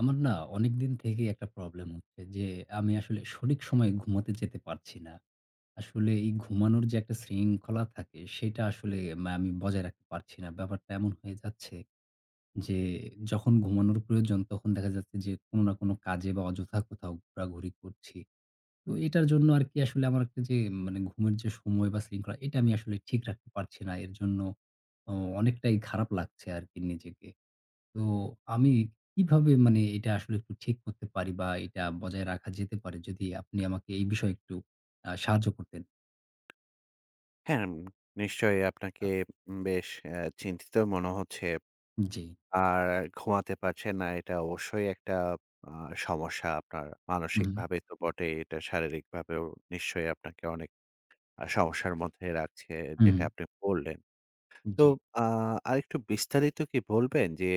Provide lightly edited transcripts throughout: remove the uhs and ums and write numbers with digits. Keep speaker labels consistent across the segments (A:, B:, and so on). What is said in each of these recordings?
A: আমার না, অনেকদিন থেকেই একটা প্রবলেম হচ্ছে যে আমি আসলে সঠিক সময়ে ঘুমাতে যেতে পারছি না। আসলে এই ঘুমানোর যে একটা শৃঙ্খলা থাকে সেটা আসলে আমি বজায় রাখতে পারছি না। ব্যাপারটা এমন হয়ে যাচ্ছে যে যখন ঘুমানোর প্রয়োজন তখন দেখা যাচ্ছে যে কোনো না কোনো কাজে বা অযথা কোথাও ঘোরাঘুরি করছি। তো এটার জন্য আরকি আসলে আমার একটা যে মানে ঘুমের যে সময় বা শৃঙ্খলা এটা আমি আসলে ঠিক রাখতে পারছি না। এর জন্য অ অনেকটাই খারাপ লাগছে আরকি নিজেকে। তো আমি কিভাবে মানে এটা আসলে একটু ঠিক করতে পারি বা এটা বজায় রাখা যেতে পারে যদি আপনি আমাকে এই বিষয়ে একটু সাহায্য করতেন।
B: হ্যাঁ, নিশ্চয়ই
A: আ
B: আপনাকে বেশ চিন্তিত মনে হচ্ছে।
A: জি।
B: আর ঘুমাতে পারছেন না এটা অবশ্যই একটা আ সমস্যা আপনার।
A: হুম,
B: মানসিকভাবে তো বটেই, এটা শারীরিকভাবেও নিশ্চয়ই আপনাকে অনেক সমস্যার মধ্যে রাখছে
A: হুম,
B: যেটা আপনি বললেন। তো
A: জি।
B: আ আরেকটু বিস্তারিত কি বলবেন যে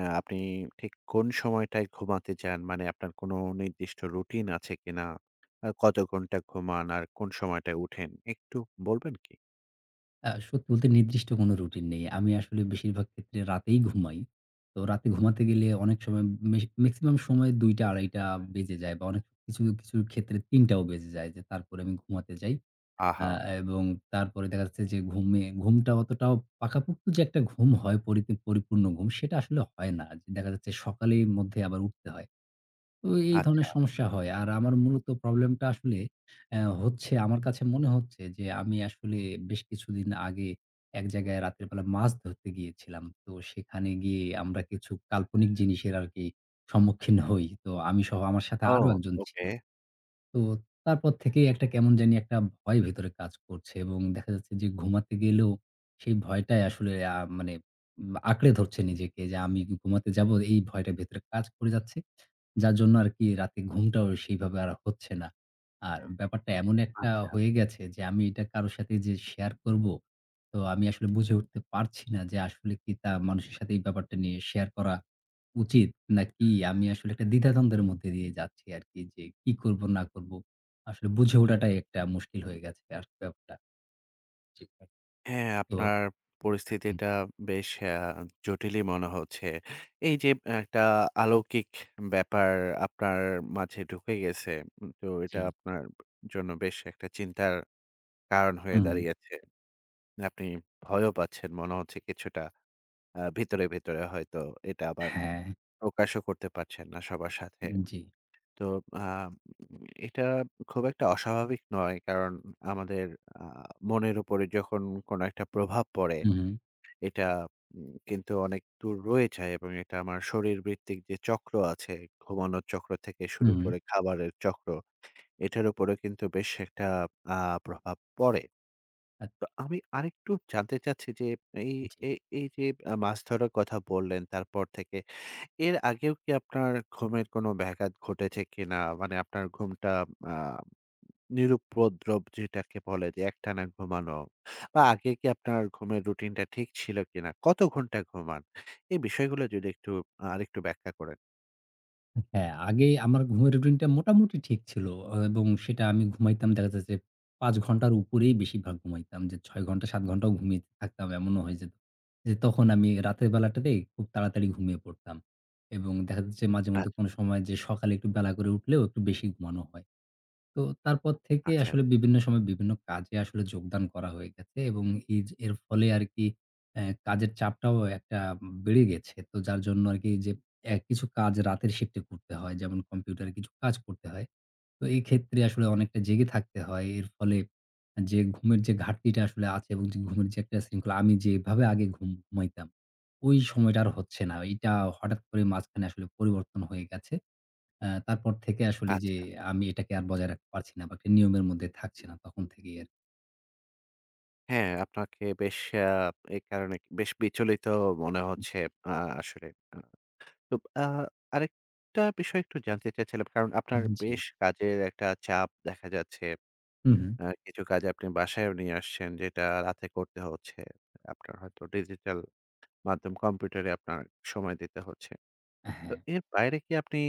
B: আপনি ঠিক কোন সময়টায় ঘুমাতে যান? মানে আপনার কোনো নির্দিষ্ট রুটিন আছে কিনা? কত ঘন্টা ঘুমান আর কোন সময়টায় উঠেন? একটু বলবেন কি?
A: সত্যি বলতে নির্দিষ্ট কোনো রুটিন নেই। আমি আসলে বেশিরভাগ ক্ষেত্রে রাতেই ঘুমাই। তো রাতে ঘুমাতে গেলে অনেক সময় মেক্সিমাম সময় ২ঃ০০, ২ঃ৩০ বেজে যায় বা অনেক কিছু, কিছু ক্ষেত্রে ৩ঃ০০ টাও বেজে যায় যে তারপরে আমি ঘুমাতে যাই। আ
B: আহা!
A: এবং তারপরে দেখা যাচ্ছে যে ঘুমটা অতটাও পাকাপোক্ত যে একটা ঘুম হয়, পরিপূর্ণ ঘুম সেটা আসলে হয় না। যে দেখা যাচ্ছে সকালের মধ্যে আবার উঠতে হয়। তো এই
B: আচ্ছা।
A: ধরনের সমস্যা হয়। আর আমার মূলত প্রবলেমটা আসলে হচ্ছে আমার কাছে মনে হচ্ছে যে আমি আসলে বেশ কিছুদিন আগে এক জায়গায় রাতের বেলা মাছ ধরতে গিয়েছিলাম। তো সেখানে গিয়ে আমরা কিছু কাল্পনিক জিনিসের আরকি সম্মুখীন হই। তো আমি সহ আমার সাথে
B: ও,
A: আরো একজন ছিল।
B: ওকে।
A: তো তারপর থেকেই একটা কেমন জানি একটা ভয় ভেতরে কাজ করছে এবং দেখা যাচ্ছে যে ঘুমাতে গেলেও সেই ভয়টাই আসলে মানে আঁকড়ে ধরছে নিজেকে যে আমি কি ঘুমাতে যাব, এই ভয়টা ভেতরে কাজ করে যাচ্ছে। যার জন্য আরকি রাতে ঘুমটাও সেইভাবে আর হচ্ছে না। আর ব্যাপারটা এমন একটা
B: আচ্ছা।
A: হয়ে গেছে যে আমি এটা কারো সাথে যে শেয়ার করব, তো আমি আসলে বুঝে উঠতে পারছি না যে আসলে কি তা মানুষের সাথে এই ব্যাপারটা নিয়ে শেয়ার করা উচিত নাকি আমি আসলে একটা দ্বিধাদ্বন্দ্বের মধ্যে দিয়ে যাচ্ছি আরকি যে কি করব না করব। আসলে বুঝে ওঠাটাই একটা মুশকিল হয়ে গেছে আর কি ব্যাপারটা। জি, ভাই।
B: হ্যাঁ,
A: তো
B: আপনার পরিস্থিতিটা বেশ জটিলই মনে হচ্ছে। এই যে একটা অলৌকিক ব্যাপার আপনার মাঝে ঢুকে গেছে। তো
A: জি।
B: এটা আপনার জন্য বেশ একটা চিন্তার কারণ হয়ে
A: হুম,
B: দাঁড়িয়েছে। আপনি ভয়ও পাচ্ছেন মনে হচ্ছে কিছুটা ভিতরে, ভিতরে হয়তো এটা আবার
A: হ্যাঁ,
B: প্রকাশও করতে পারছেন না সবার সাথে।
A: জি।
B: তো আ এটা খুব একটা অস্বাভাবিক নয়। কারণ আমাদের আ মনের উপরে যখন কোনো একটা প্রভাব পড়ে,
A: হুম,
B: এটা কিন্তু অনেক দূর রয়ে যায় এবং এটা আমার শরীরবৃত্তিক যে চক্র আছে, ঘুমানোর চক্র থেকে শুরু
A: হুম,
B: করে খাবারের চক্র, এটার উপরেও কিন্তু বেশ একটা আ প্রভাব পড়ে।
A: আচ্ছা,
B: তো আমি আরেকটু জানতে চাচ্ছি যে এই
A: জি।
B: এ এই যে মাছ ধরার কথা বললেন, তারপর থেকে এর আগেও কি আপনার ঘুমের কোনো ব্যাঘাত ঘটেছে কিনা? মানে আপনার ঘুমটা আ নিরুপদ্রব যেটাকে বলে যে একটানা ঘুমানো বা আগে কি আপনার ঘুমের রুটিনটা ঠিক ছিল কিনা? কত ঘন্টা ঘুমান? এই বিষয়গুলো যদি একটু আরেকটু ব্যাখ্যা করেন।
A: হ্যাঁ, আগে আমার ঘুমের রুটিনটা মোটামুটি ঠিক ছিল। এবং সেটা আমি ঘুমাইতাম দেখা যায় যে ৫ ঘন্টার উপরেই বেশিরভাগ ঘুমাইতাম। যে ৬ ঘন্টা, ৭ ঘন্টাও ঘুমিয়ে থাকতাম, এমনও হয়ে যেত। যে তখন আমি রাতের বেলাটাতেই খুব তাড়াতাড়ি ঘুমিয়ে পড়তাম। এবং দেখা যাচ্ছে
B: আচ
A: মাঝেমধ্যে কোনো সময় যে সকালে একটু বেলা করে উঠলেও একটু বেশি ঘুমানো হয়। তো তারপর থেকে
B: আচ্ছা,
A: আসলে বিভিন্ন সময় বিভিন্ন কাজে আসলে যোগদান করা হয়ে গেছে এবং এই যে এর ফলে আরকি কাজের চাপটাও একটা বেড়ে গেছে। তো যার জন্য আরকি যে কিছু কাজ রাতের শিফটে করতে হয়। যেমন কম্পিউটারে কিছু কাজ করতে হয়। তো এই ক্ষেত্রে আসলে অনেকটা জেগে থাকতে হয়। এর ফলে যে ঘুমের যে ঘাটতিটা আসলে আছে এবং যে ঘুমের যে একটা শৃঙ্খলা আমি যেভাবে আগে ঘুমাইতাম, ওই সময়টা আর হচ্ছে না। এটা হঠাৎ করে মাঝখানে আসলে পরিবর্তন হয়ে গেছে। তারপর থেকে আসলে যে
B: আচ্ছা।
A: আমি এটাকে আর বজায় রাখতে পারছি না বা একটা নিয়মের মধ্যে থাকছে না তখন থেকেই আরকি।
B: হ্যাঁ, আপনাকে বেশ আ এই কারণে বেশ বিচলিত মনে হচ্ছে আ আসলে। আ তো আ আরেকটা বিষয় একটু জানতে চাচ্ছিলাম। কারণ আপনার
A: হুম, জি।
B: বেশ কাজের একটা চাপ দেখা যাচ্ছে।
A: হুম, হুম।
B: কিছু কাজ আপনি বাসায়ও নিয়ে আসছেন যেটা রাতে করতে হচ্ছে। আপনার হয়তো ডিজিটাল মাধ্যম কম্পিউটারে আপনার সময় দিতে হচ্ছে। তো
A: হ্যাঁ,
B: এর বাইরে কি আপনি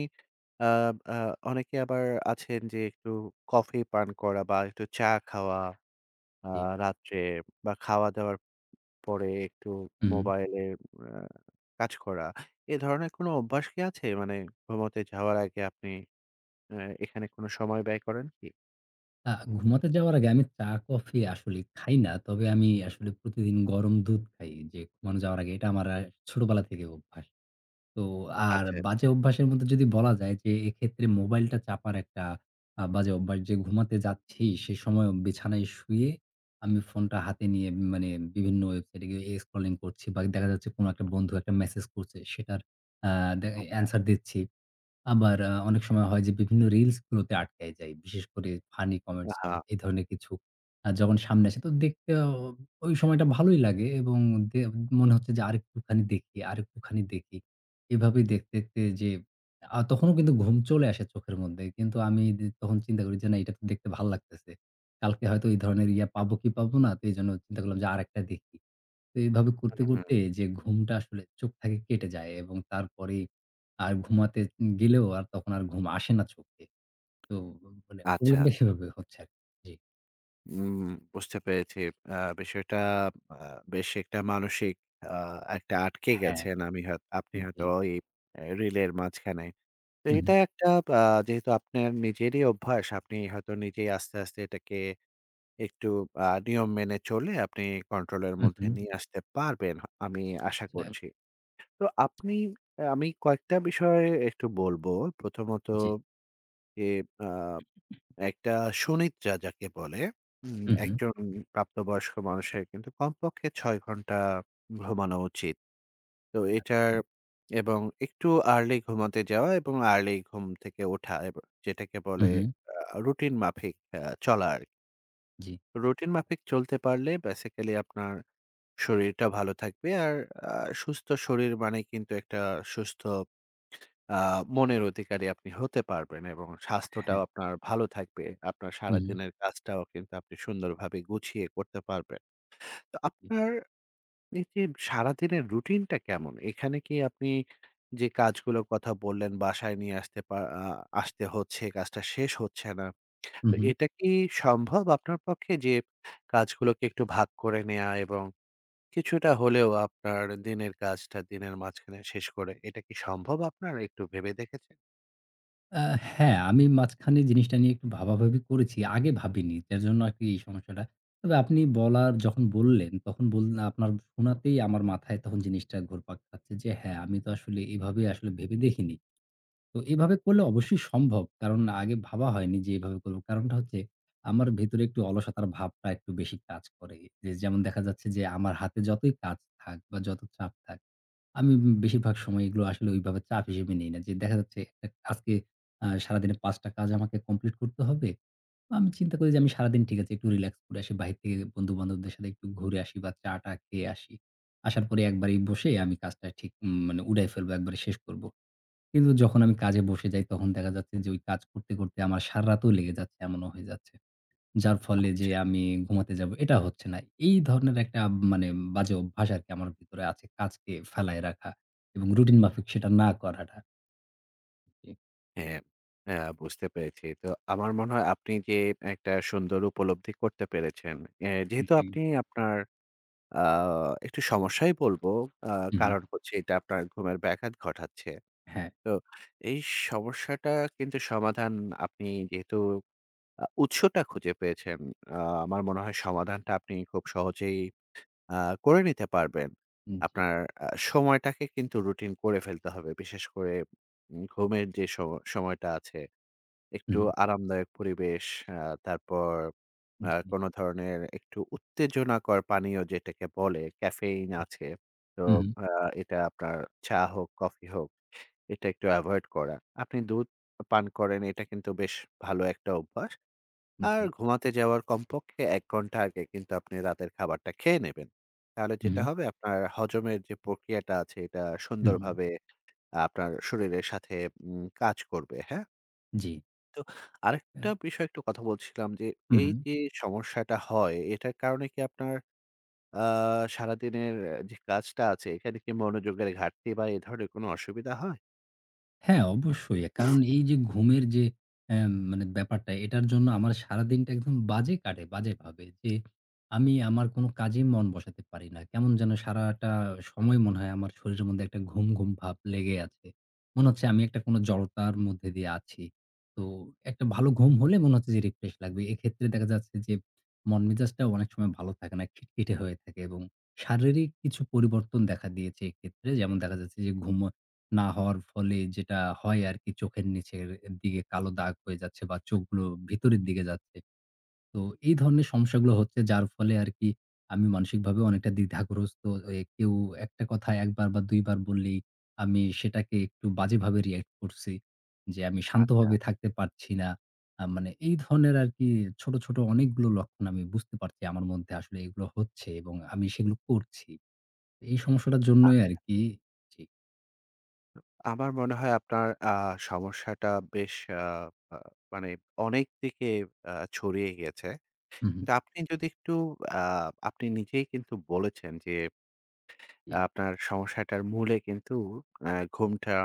B: আ আ অনেকে আবার আছেন যে একটু কফি পান করা বা একটু চা খাওয়া আ
A: জি।
B: রাত্রে বা খাওয়া-দাওয়ার পরে একটু
A: হুম।
B: মোবাইলে আ কাজ করা। এ ধরনের কোনো অভ্যাস কি আছে? মানে ঘুমোতে যাওয়ার আগে আপনি আ এখানে কোনো সময় ব্যয় করেন কি?
A: আ ঘুমাতে যাওয়ার আগে আমি চা কফি আসলে খাই না। তবে আমি আসলে প্রতিদিন গরম দুধ খাই যে ঘুমানো যাওয়ার আগে। এটা আমার ছোটবেলা থেকে অভ্যাস। তো আর
B: আচ্ছা,
A: বাজে অভ্যাসের মধ্যে যদি বলা যায় যে এক্ষেত্রে মোবাইলটা চাপার একটা বাজে অভ্যাস, যে ঘুমাতে যাচ্ছি সে সময় বিছানায় শুয়ে আমি ফোনটা হাতে নিয়ে মানে বিভিন্ন ওয়েবসাইটে গিয়ে স্ক্রলিং করছি বা দেখা যাচ্ছে কোনো একটা বন্ধু একটা মেসেজ করছে সেটার আ
B: আচ্ছা।
A: অ্যান্সার দিচ্ছি। আবার অনেক সময় হয় যে বিভিন্ন রিলস গুলোতে আটকায় যাই। বিশেষ করে ফানি কমেন্টস
B: আহা!
A: টমেন্ট এই ধরনের কিছু যখন সামনে আসে তো দেখতে ওই সময়টা ভালোই লাগে এবং দে মনে হচ্ছে যে আরেকটুখানি দেখি, আরেকটুখানি দেখি। এভাবেই দেখতে, দেখতে যে তখনও কিন্তু ঘুম চলে আসে চোখের মধ্যে। কিন্তু আমি তখন চিন্তা করি যে, "না, এটা তো দেখতে ভাল লাগতেছে। কালকে হয়তো এই ধরনের ইয়া পাবো কি পাবো না?" তো এজন্য চিন্তা করলাম যে আরেকটা দেখি। তো এভাবে করতে,
B: হুম,
A: করতে যে ঘুমটা আসলে চোখ থেকে কেটে যায় এবং তারপরেই আর ঘুমাতে গেলেও আর তখন আর ঘুম আসে না চোখে। তো মানে
B: আচ্ছা।
A: প্রবলেমটা সেভাবে হচ্ছে আরকি। জি।
B: উম বুঝতে পেরেছি। আ বিষয়টা আ বেশ একটা মানসিক আ একটা আটকে
A: হ্যাঁ,
B: গেছেন আমি হয়ত আপনি
A: জি।
B: হয়তো এই এ রিলের মাঝখানে। তো
A: হু,
B: এটা
A: হু।
B: একটা আ যেহেতু আপনার নিজেরই অভ্যাস, আপনি হয়তো নিজেই আস্তে, আস্তে এটাকে একটু নিয়ম মেনে চললে আপনি কন্ট্রোলের
A: হু, হু।
B: মধ্যে নিয়ে আসতে পারবেন, আমি আশা
A: আ
B: করছি। তো আপনি আমি কয়েকটা বিষয় একটু বলব। প্রথমত
A: জি।
B: যে আ একটা সুনিদ্রা যাকে বলে,
A: হু, হু।
B: একজন প্রাপ্তবয়স্ক মানুষের কিন্তু কমপক্ষে ৬ ঘন্টা ঘুমানো উচিত। তো এটার এবং একটু আর্লি ঘুমাতে যাওয়া এবং আর্লি ঘুম থেকে ওঠা যেটাকে
A: হু,
B: বলে
A: হু।
B: রুটিন মাফিক চলা আরকি।
A: জি।
B: রুটিন মাফিক চলতে পারলে বেসিক্যালি আপনার শরীরটা ভালো থাকবে। আর আ সুস্থ শরীর মানে কিন্তু একটা সুস্থ আ মনের অধিকারী আপনি হতে পারবেন এবং
A: হ্যাঁ।
B: স্বাস্থ্যটাও আপনার ভালো থাকবে। আপনার
A: হু, হু।
B: সারাদিনের কাজটাও কিন্তু আপনি সুন্দরভাবে গুছিয়ে করতে পারবেন। তো
A: জি।
B: আপনার এই যে সারাদিনের রুটিনটা কেমন? এখানে কি আপনি যে কাজগুলোর কথা বললেন বাসায় নিয়ে আসতে পা আ আসতে হচ্ছে, কাজটা শেষ হচ্ছে না।
A: হু,
B: তো
A: হু।
B: এটা কি সম্ভব আপনার পক্ষে যে কাজগুলোকে একটু ভাগ করে নেয়া এবং কিছুটা হলেও আপনার দিনের কাজটা দিনের মাঝখানে শেষ করে এটা কি সম্ভব আপনার? একটু ভেবে দেখেছেন?
A: আ হ্যাঁ, আমি মাঝখানে জিনিসটা নিয়ে একটু ভাবাভাবি করেছি। আগে ভাবিনি। যার জন্য আরকি এই সমস্যাটা। তবে আপনি বলার যখন বললেন, তখন বল আপনার শোনাতেই আমার মাথায় তখন জিনিসটা ঘুরপাক খাচ্ছে যে, হ্যাঁ, আমি তো আসলে এভাবে আসলে ভেবে দেখিনি। তো এভাবে করলে অবশ্যই সম্ভব। কারণ আগে ভাবা হয়নি যে এভাবে করব। কারণটা হচ্ছে আমার ভেতরে একটু অলসতার ভাবটা একটু বেশি কাজ করে। যে যেমন দেখা যাচ্ছে যে আমার হাতে যতই কাজ থাক বা যত চাপ থাক, আমি বেশিরভাগ সময় এগুলো আসলে ওইভাবে চাপ হিসেবে নেই না। যে দেখা যাচ্ছে একটা আজকে সারাদিনে ৫ টা কাজ আমাকে কমপ্লিট করতে হবে। তো আমি চিন্তা করি যে আমি সারাদিন ঠিক আছে একটু রিল্যাক্স করে আসি। বাহির থেকে বন্ধু-বান্ধবদের সাথে একটু ঘুরে আসি বা চা-টা খেয়ে আসি। আসার পরে একবারেই বসে আমি কাজটা ঠিক মানে উড়ায় ফেলবো, একবারে শেষ করব। কিন্তু যখন আমি কাজে বসে যাই তখন দেখা যাচ্ছে যে ওই কাজ করতে, করতে আমার সারারাতও লেগে যাচ্ছে এমনও হয়ে যাচ্ছে। যার ফলে যে
B: আচ্ছা।
A: আমি ঘুমাতে যাব এটা হচ্ছে না। এই ধরনের একটা মানে বাজে অভ্যাস আরকি আমার ভিতরে আছে কাজকে ফেলায় রাখা এবং রুটিন মাফিক সেটা না করাটা।
B: হ্যাঁ, হ্যাঁ, বুঝতে পেরেছি। তো আমার মনে হয় আপনি যে একটা সুন্দর উপলব্ধি করতে পেরেছেন। এ
A: জি,
B: যেহেতু
A: জি,
B: আপনি আপনার আ একটু সমস্যাই বলবো। আ
A: হু, হু,
B: কারণ হচ্ছে এটা আপনার ঘুমের ব্যাঘাত ঘটাচ্ছে।
A: হ্যাঁ,
B: তো এই সমস্যাটা কিন্তু সমাধান আপনি যেহেতু উৎসটা খুঁজে পেয়েছেন, আ আমার মনে হয় সমাধানটা আপনি খুব সহজেই আ করে নিতে পারবেন।
A: জি, হু, জি,
B: আপনার আ সময়টাকে কিন্তু রুটিন করে ফেলতে হবে। বিশেষ করে ঘুমের যে সময়টা আছে,
A: হু,
B: একটু আরামদায়ক পরিবেশ, আ তারপর
A: হু, জি,
B: কোনো ধরনের একটু উত্তেজনাকর পানীয় যেটাকে বলে, ক্যাফেইন আছে। তো আ এটা আপনার চা হোক, কফি হোক, এটা একটু এভয়েড করা। আপনি দুধ পান করেন, এটা কিন্তু বেশ ভালো একটা অভ্যাস। আর ঘুমাতে যাওয়ার কমপক্ষে ১ ঘন্টা আগে কিন্তু আপনি রাতের খাবারটা খেয়ে নেবেন। তাহলে
A: হু,
B: যেটা হবে আপনার হজমের যে প্রক্রিয়াটা আছে এটা
A: হু, হু,
B: সুন্দরভাবে আপনার শরীরের সাথে কাজ করবে, হ্যাঁ?
A: জি,
B: তো
A: আ
B: আরেকটা বিষয় একটু কথা বলছিলাম যে
A: হু, হু।
B: এই যে সমস্যাটা হয় এটার কারণে কি আপনার আ সারাদিনের যে কাজটা আছে এখানে কি মনোযোগের ঘাটতি বা এ ধরনের কোনো অসুবিধা হয়?
A: হ্যাঁ, অবশ্যই। কারণ এই যে ঘুমের যে মানে ব্যাপারটা, এটার জন্য আমার সারাদিনটা একদম বাজে কাটে, বাজেভাবে। যে আমি আমার কোনো কাজে মন বসাতে পারি না। কেমন যেন সারাটা সময় মনে হয় আমার শরীরের মধ্যে একটা ঘুম, ঘুম ভাব লেগে আছে। মনে হচ্ছে আমি একটা কোনো জড়তার মধ্যে দিয়ে আছি। তো একটা ভালো ঘুম হলে মনে হচ্ছে যে রিফ্রেশ লাগবে। এক্ষেত্রে দেখা যাচ্ছে যে মন মেজাজটাও অনেক সময় ভালো থাকে না, খিটখিটে হয়ে থাকে এবং শারীরিক কিছু পরিবর্তন দেখা দিয়েছে এক্ষেত্রে। যেমন দেখা যাচ্ছে যে ঘুম না হওয়ার ফলে যেটা হয় আরকি চোখের নিচের দিকে কালো দাগ হয়ে যাচ্ছে বা চোখগুলো ভিতরের দিকে যাচ্ছে। তো এই ধরনের সমস্যাগুলো হচ্ছে যার ফলে আরকি আমি মানসিকভাবে অনেকটা দ্বিধাগ্রস্ত। এ কেউ একটা কথা ১ বার বা ২ বার বললেই আমি সেটাকে একটু বাজেভাবে রিঅ্যাক্ট করছি। যে আমি
B: আচ্ছা।
A: শান্তভাবে থাকতে পারছি না। মানে এই ধরনের আরকি ছোট, ছোট অনেকগুলো লক্ষণ আমি বুঝতে পারছি আমার মধ্যে আসলে এগুলো হচ্ছে এবং আমি সেগুলো করছি। এই সমস্যাটার জন্যই আরকি জি।
B: আমার মনে হয় আপনার সমস্যাটা বেশ আ আ মানে অনেক দিকে ছড়িয়ে গেছে।
A: হু, হু।
B: কিন্তু আপনি যদি একটু আ আপনি নিজেই কিন্তু বলেছেন যে,
A: জি।
B: আহ, আপনার সমস্যাটার মূলে কিন্তু ঘুমটা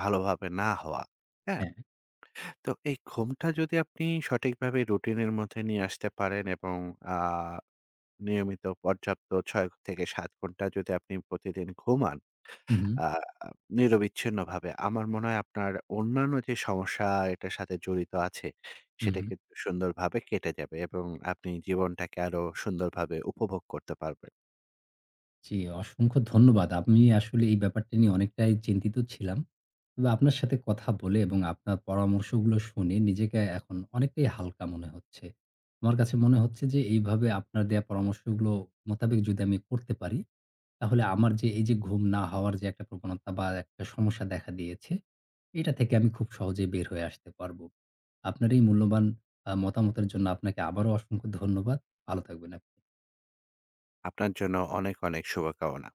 B: ভালোভাবে না হওয়া। হ্যাঁ?
A: হ্যাঁ।
B: তো এই ঘুমটা যদি আপনি সঠিকভাবে রুটিনের মধ্যে নিয়ে আসতে পারেন এবং আ নিয়মিত পর্যাপ্ত ৬ থেকে ৭ ঘন্টা যদি আপনি প্রতিদিন ঘুমান
A: হুম, হুম,
B: আ নিরবিচ্ছিন্নভাবে। আমার মনে হয় আপনার অন্যান্য যে সমস্যা এটার সাথে জড়িত আছে,
A: হুম।
B: সেটা কিন্তু সুন্দরভাবে কেটে যাবে এবং আপনি জীবনটাকে আরো সুন্দরভাবে উপভোগ করতে পারবেন।
A: জি, অসংখ্য ধন্যবাদ। আমি আসলে এই ব্যাপারটা নিয়ে অনেকটাই চিন্তিত ছিলাম। তবে আপনার সাথে কথা বলে এবং আপনার পরামর্শগুলো শুনে নিজেকে এখন অনেকটাই হালকা মনে হচ্ছে। আমার কাছে মনে হচ্ছে যে এইভাবে আপনার দেয়া পরামর্শগুলো মোতাবেক যদি আমি করতে পারি, তাহলে আমার যে এই যে ঘুম না হওয়ার যে একটা প্রবণতা বা একটা সমস্যা দেখা দিয়েছে, এটা থেকে আমি খুব সহজেই বের হয়ে আসতে পারবো। আপনার এই মূল্যবান মতামতের জন্য আপনাকে আবারও অসংখ্য ধন্যবাদ। ভালো থাকবেন আপ
B: আপনার জন্য অনেক, অনেক শুভকামনা।